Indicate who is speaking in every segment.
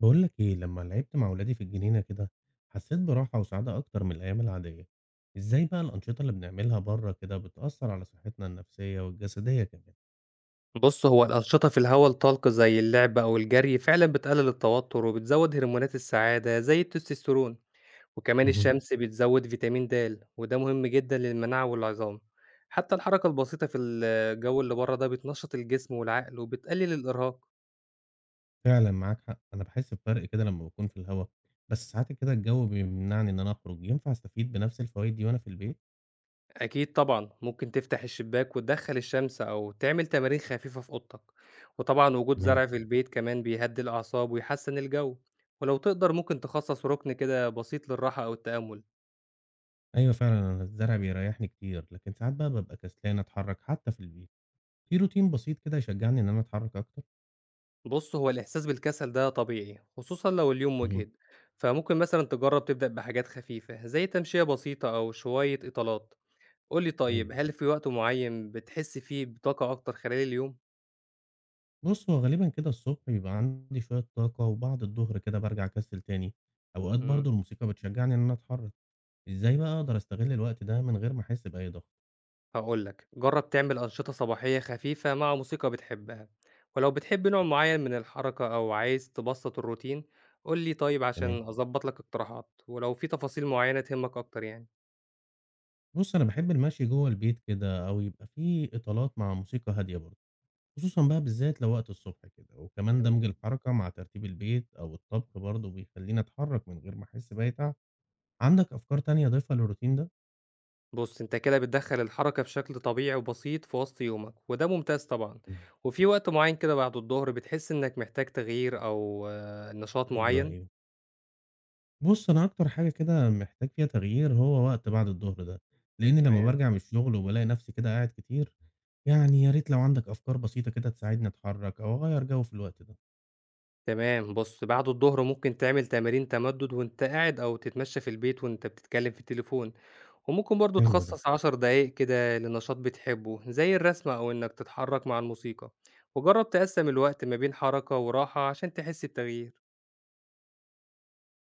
Speaker 1: بقول لك ايه لما لعبت مع ولادي في الجنينة كده، حسيت براحة وسعادة اكتر من الايام العادية. ازاي بقى الانشطة اللي بنعملها بره كده بتأثر على صحتنا النفسية والجسدية كمان؟
Speaker 2: بُص، هو الأنشطة في الهوا الطلق زي اللعب أو الجري فعلًا بتقلل التوتر وبتزود هرمونات السعادة زي التستوستيرون، وكمان
Speaker 1: مهم.
Speaker 2: الشمس بتزود فيتامين د وده مهم جدًا للمناعة والعظام، حتى الحركة البسيطة في الجو اللي بره ده بتنشط الجسم والعقل وبتقلل الإرهاق.
Speaker 1: فعلا معاك حق، انا بحس بفرق كده لما بكون في الهوا، بس ساعات كده الجو بيمنعني ان اخرج. ينفع استفيد بنفس الفوائد دي وانا في البيت؟
Speaker 2: أكيد طبعًا ممكن تفتح الشباك وتدخل الشمس أو تعمل تمارين خفيفة في أوضتك، وطبعًا وجود
Speaker 1: تمام.
Speaker 2: زرع في البيت كمان بيهدي الأعصاب ويحسن الجو، ولو تقدر ممكن تخصص ركن كده بسيط للراحة أو التأمل.
Speaker 1: ايوه فعلا، انا الزرع بيريحني كتير، لكن ساعات بقى ببقى كسلان اتحرك حتى في البيت. في روتين بسيط كده يشجعني ان انا اتحرك اكتر؟
Speaker 2: بُص، هو الإحساس بالكسل ده طبيعي، خصوصًا لو اليوم
Speaker 1: مهم.
Speaker 2: مُجهِد، فممكن مثلًا تجرّب تبدأ بحاجات خفيفة، زي تمشية بسيطة أو شوية إطالات. قُل لي طيب،
Speaker 1: ايوه.
Speaker 2: هل في وقت معيّن بتحس فيه بطاقة أكتر خلال اليوم؟
Speaker 1: بُص، هو غالبًا كده الصبح بيبقى عندي شوية طاقة، وبعد الضهر كده بارجع أكسّل تاني، أوقات
Speaker 2: إمم.
Speaker 1: برضه الموسيقى بتشجّعني إن أنا أتحرّك. إزاي بقى أقدر أستغل الوقت ده من غير ما أحس بأي ضغط؟
Speaker 2: هاقول لك، جرّب تعمل أنشطة صباحية خفيفة مع موسيقى بتحبها، ولو بتحب نوع معيّن من الحركة أو عايز تبسّط الروتين، قُل لي طيب
Speaker 1: تمام.
Speaker 2: عشان أضبّط لك اقتراحات، ولو في تفاصيل معيّنة تهمك أكتر يعني.
Speaker 1: بُص، أنا باحب المشي جوّه البيت كده، أو يبقى في إطالات مع موسيقى هادية برضه، خصوصًا بقى بالذات لو وقت الصبح كده، وكمان دمج الحركة مع ترتيب البيت أو الطبخ برضه بيخلّيني أتحرّك من غير ما أحس بأي تعب. عندك أفكار تانية أضيفها للروتين ده؟
Speaker 2: بُص، أنت كده بتدخّل الحركة بشكل طبيعي وبسيط في وسط يومك، وده ممتاز طبعًا.
Speaker 1: إمم.
Speaker 2: وفي وقت معيّن كده بعد الضهر بتحس إنك محتاج تغيير أو نشاط
Speaker 1: أيوه،
Speaker 2: معيّن؟
Speaker 1: أيوه. بُص، أنا أكتر حاجة كده محتاج فيها تغيير هو وقت بعد الضهر ده، لإني لمّا
Speaker 2: تمام،
Speaker 1: بارجع من الشغل وبالاقي نفسي كده قاعد كتير، يعني يا ريت لو عندك أفكار بسيطة كده تساعدني أتحرك أو أغيّر جو في الوقت ده.
Speaker 2: تمام. بُص، بعد الضهر ممكن تعمل تمارين تمدد وأنت قاعد أو تتمشى في البيت وأنت بتتكلم في التليفون، وممكن برضه
Speaker 1: حلو ده.
Speaker 2: تخصص 10 دقايق كده لنشاط بتحبه زي الرسم أو إنك تتحرك مع الموسيقى، وجرّب تقسّم الوقت ما بين حركة وراحة عشان تحس بتغيير.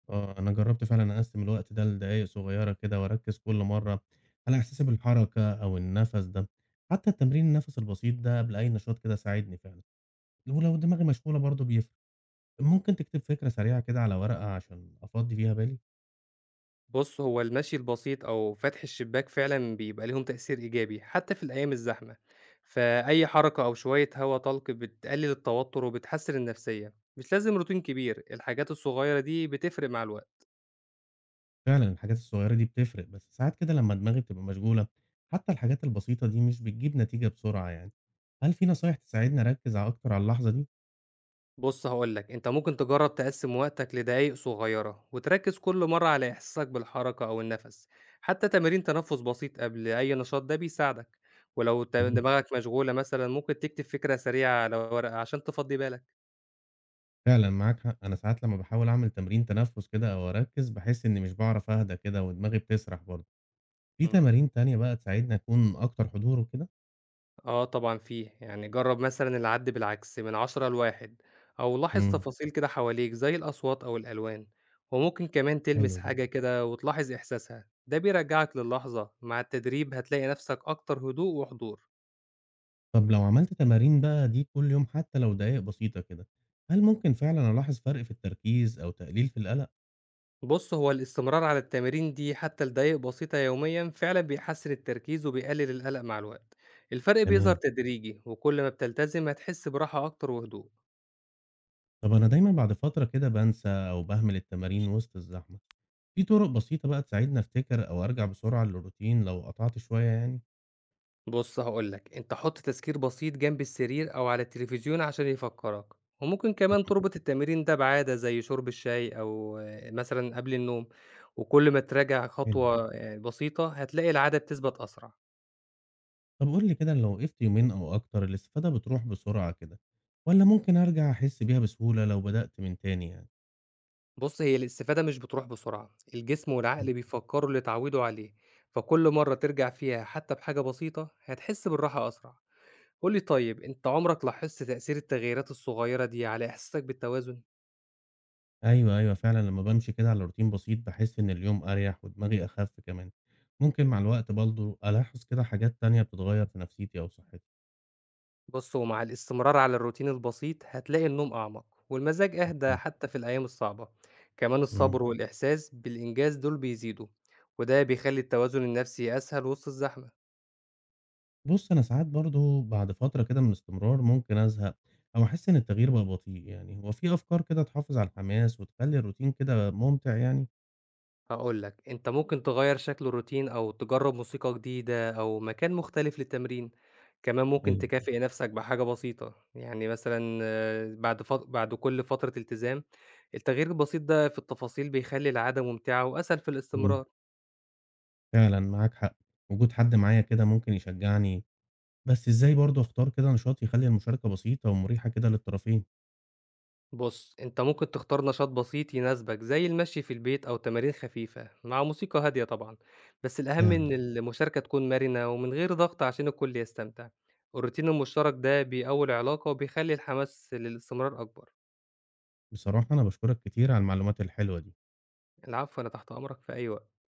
Speaker 1: آه، أنا جرّبت فعلًا أقسّم الوقت ده لدقايق صغيّرة كده وأركّز كل مرّة على إحساسي بالحركة أو النَفَس ده، حتى التمرين النَفَس البسيط ده قبل أي نشاط كده ساعدني فعلًا، ولو دماغي مشغولة برضه بيفرق. ممكن تكتب فكرة سريعة كده على ورقة عشان أفضّي فيها بالي؟
Speaker 2: بُص، هو المشي البسيط أو فتح الشباك فعلًا بيبقى ليهم تأثير إيجابي حتى في الأيام الزحمة، فأي حركة أو شوية هوا طلق بتقلل التوتر وبتحسن النفسية، مش لازم روتين كبير، الحاجات الصغيرة دي بتفرق مع الوقت.
Speaker 1: فعلًا الحاجات الصغيرة دي بتفرق، بس ساعات كده لمّا دماغي بتبقى مشغولة، حتى الحاجات البسيطة دي مش بتجيب نتيجة بسرعة يعني. هل في نصايح تساعدني أركّز ع أكتر على اللحظة دي؟
Speaker 2: بُص هاقول لك، أنت ممكن تجرب تقسم وقتك لدقايق صغيرة وتركز كل مرة على إحساسك بالحركة أو النفس، حتى تمارين تنفس بسيط قبل أي نشاط ده بيساعدك، ولو
Speaker 1: اهم.
Speaker 2: دماغك مشغولة مثلًا ممكن تكتب فكرة سريعة على ورقة عشان تفضي بالك.
Speaker 1: فعلًا معاك حق، أنا ساعات لمّا باحاول أعمل تمرين تنفس كده أو أركّز، باحس إني مش باعرف أهدى كده ودماغي بتسرح برضه. في
Speaker 2: إمم.
Speaker 1: تمارين تانية بقى تساعدني أكون أكتر حضور وكده؟
Speaker 2: آه طبعًا فيه، يعني جرّب مثلًا العد بالعكس من 10 ل1 أو لاحظ
Speaker 1: إمم.
Speaker 2: تفاصيل كده حواليك زي الأصوات أو الألوان، وممكن كمان تلمس
Speaker 1: حلو ده.
Speaker 2: حاجة كده وتلاحظ إحساسها، ده بيرجّعك للحظة، مع التدريب هتلاقي نفسك أكتر هدوء وحضور.
Speaker 1: طب لو عملت تمارين بقى دي كل يوم حتى لو دقايق بسيطة كده، هل ممكن فعلًا ألاحظ فرق في التركيز أو تقليل في القلق؟
Speaker 2: بُص هو الاستمرار على التمارين دي حتى لدقايق بسيطة يوميًا فعلًا بيحسّن التركيز وبيقلل القلق مع الوقت، الفرق بيظهر
Speaker 1: تمام.
Speaker 2: تدريجي وكل ما بتلتزم هتحس براحة أكتر وهدوء.
Speaker 1: طب أنا دايمًا بعد فترة كده بانسى أو باهمل التمارين وسط الزحمة، في طرق بسيطة بقى تساعدني أفتكر أو أرجع بسرعة للروتين لو قطعت شوية يعني؟
Speaker 2: بُص هاقول لك، أنت حُط تذكير بسيط جنب السرير أو على التلفزيون عشان يفكّرك، وممكن كمان
Speaker 1: مهم.
Speaker 2: تربط التمرين ده بعادة زي شرب الشاي أو آه، مثلًا قبل النوم، وكل ما تراجع
Speaker 1: حلو ده.
Speaker 2: خطوة بسيطة هتلاقي العادة بتثبت أسرع.
Speaker 1: طب قُل لي كده، لو وقفت يومين أو أكتر الاستفادة بتروح بسرعة كده، والّا ممكن أرجع أحس بيها بسهولة لو بدأت من تاني يعني؟
Speaker 2: بُص هي الاستفادة مش بتروح بسرعة، الجسم
Speaker 1: مهم.
Speaker 2: والعقل بيفكّروا اللي اتعودوا عليه، فكل مرة ترجع فيها حتى بحاجة بسيطة هتحس بالراحة أسرع. قُل لي طيب أنت عمرك لاحظت تأثير التغييرات الصغيرة دي على إحساسك بالتوازن؟
Speaker 1: أيوه، أيوه فعلًا، لمّا بامشي كده على روتين بسيط باحس إن اليوم أريح ودماغي أخف كمان، ممكن مع الوقت برضه ألاحظ كده حاجات تانية بتتغير في نفسيتي أو صحتي.
Speaker 2: بُص، هو مع الاستمرار على الروتين البسيط هتلاقي النوم أعمق والمزاج أهدى
Speaker 1: أكيد.
Speaker 2: حتى في الأيام الصعبة، كمان
Speaker 1: إمم.
Speaker 2: الصبر والإحساس بالإنجاز دول بيزيدوا، وده بيخلي التوازن النفسي أسهل وسط الزحمة.
Speaker 1: بُص، أنا ساعات برضه بعد فترة كده من الاستمرار ممكن أزهق أو أحس إن التغيير بقى بطيء يعني، هو في أفكار كده تحافظ على الحماس وتخلّي الروتين كده ممتع يعني؟
Speaker 2: هاقول لك، أنت ممكن تغير شكل الروتين أو تجرب موسيقى جديدة أو مكان مختلف للتمرين، كمان
Speaker 1: أيوه،
Speaker 2: ممكن
Speaker 1: أيوه.
Speaker 2: تكافئ نفسك بحاجة بسيطة، يعني مثلًا بعد كل فترة التزام، التغيير البسيط ده في التفاصيل بيخلي العادة ممتعة وأسهل في
Speaker 1: إمم،
Speaker 2: الاستمرار.
Speaker 1: فعلًا معاك حق، وجود حد معايا كده ممكن يشجعني، بس إزاي برضه أختار كده نشاط يخلّي المشاركة بسيطة ومريحة كده للطرفين؟
Speaker 2: بُص، أنت ممكن تختار نشاط بسيط يناسبك زي المشي في البيت أو تمارين خفيفة مع موسيقى هادية طبعًا، بس الأهم إن
Speaker 1: فعلًا.
Speaker 2: المشاركة تكون مرنة ومن غير ضغط عشان الكل يستمتع، والروتين المشترك ده بيقوي العلاقة وبيخلي الحماس للاستمرار أكبر.
Speaker 1: بصراحة أنا باشكرك كتير على المعلومات الحلوة دي.
Speaker 2: العفو، أنا تحت أمرك في أي وقت.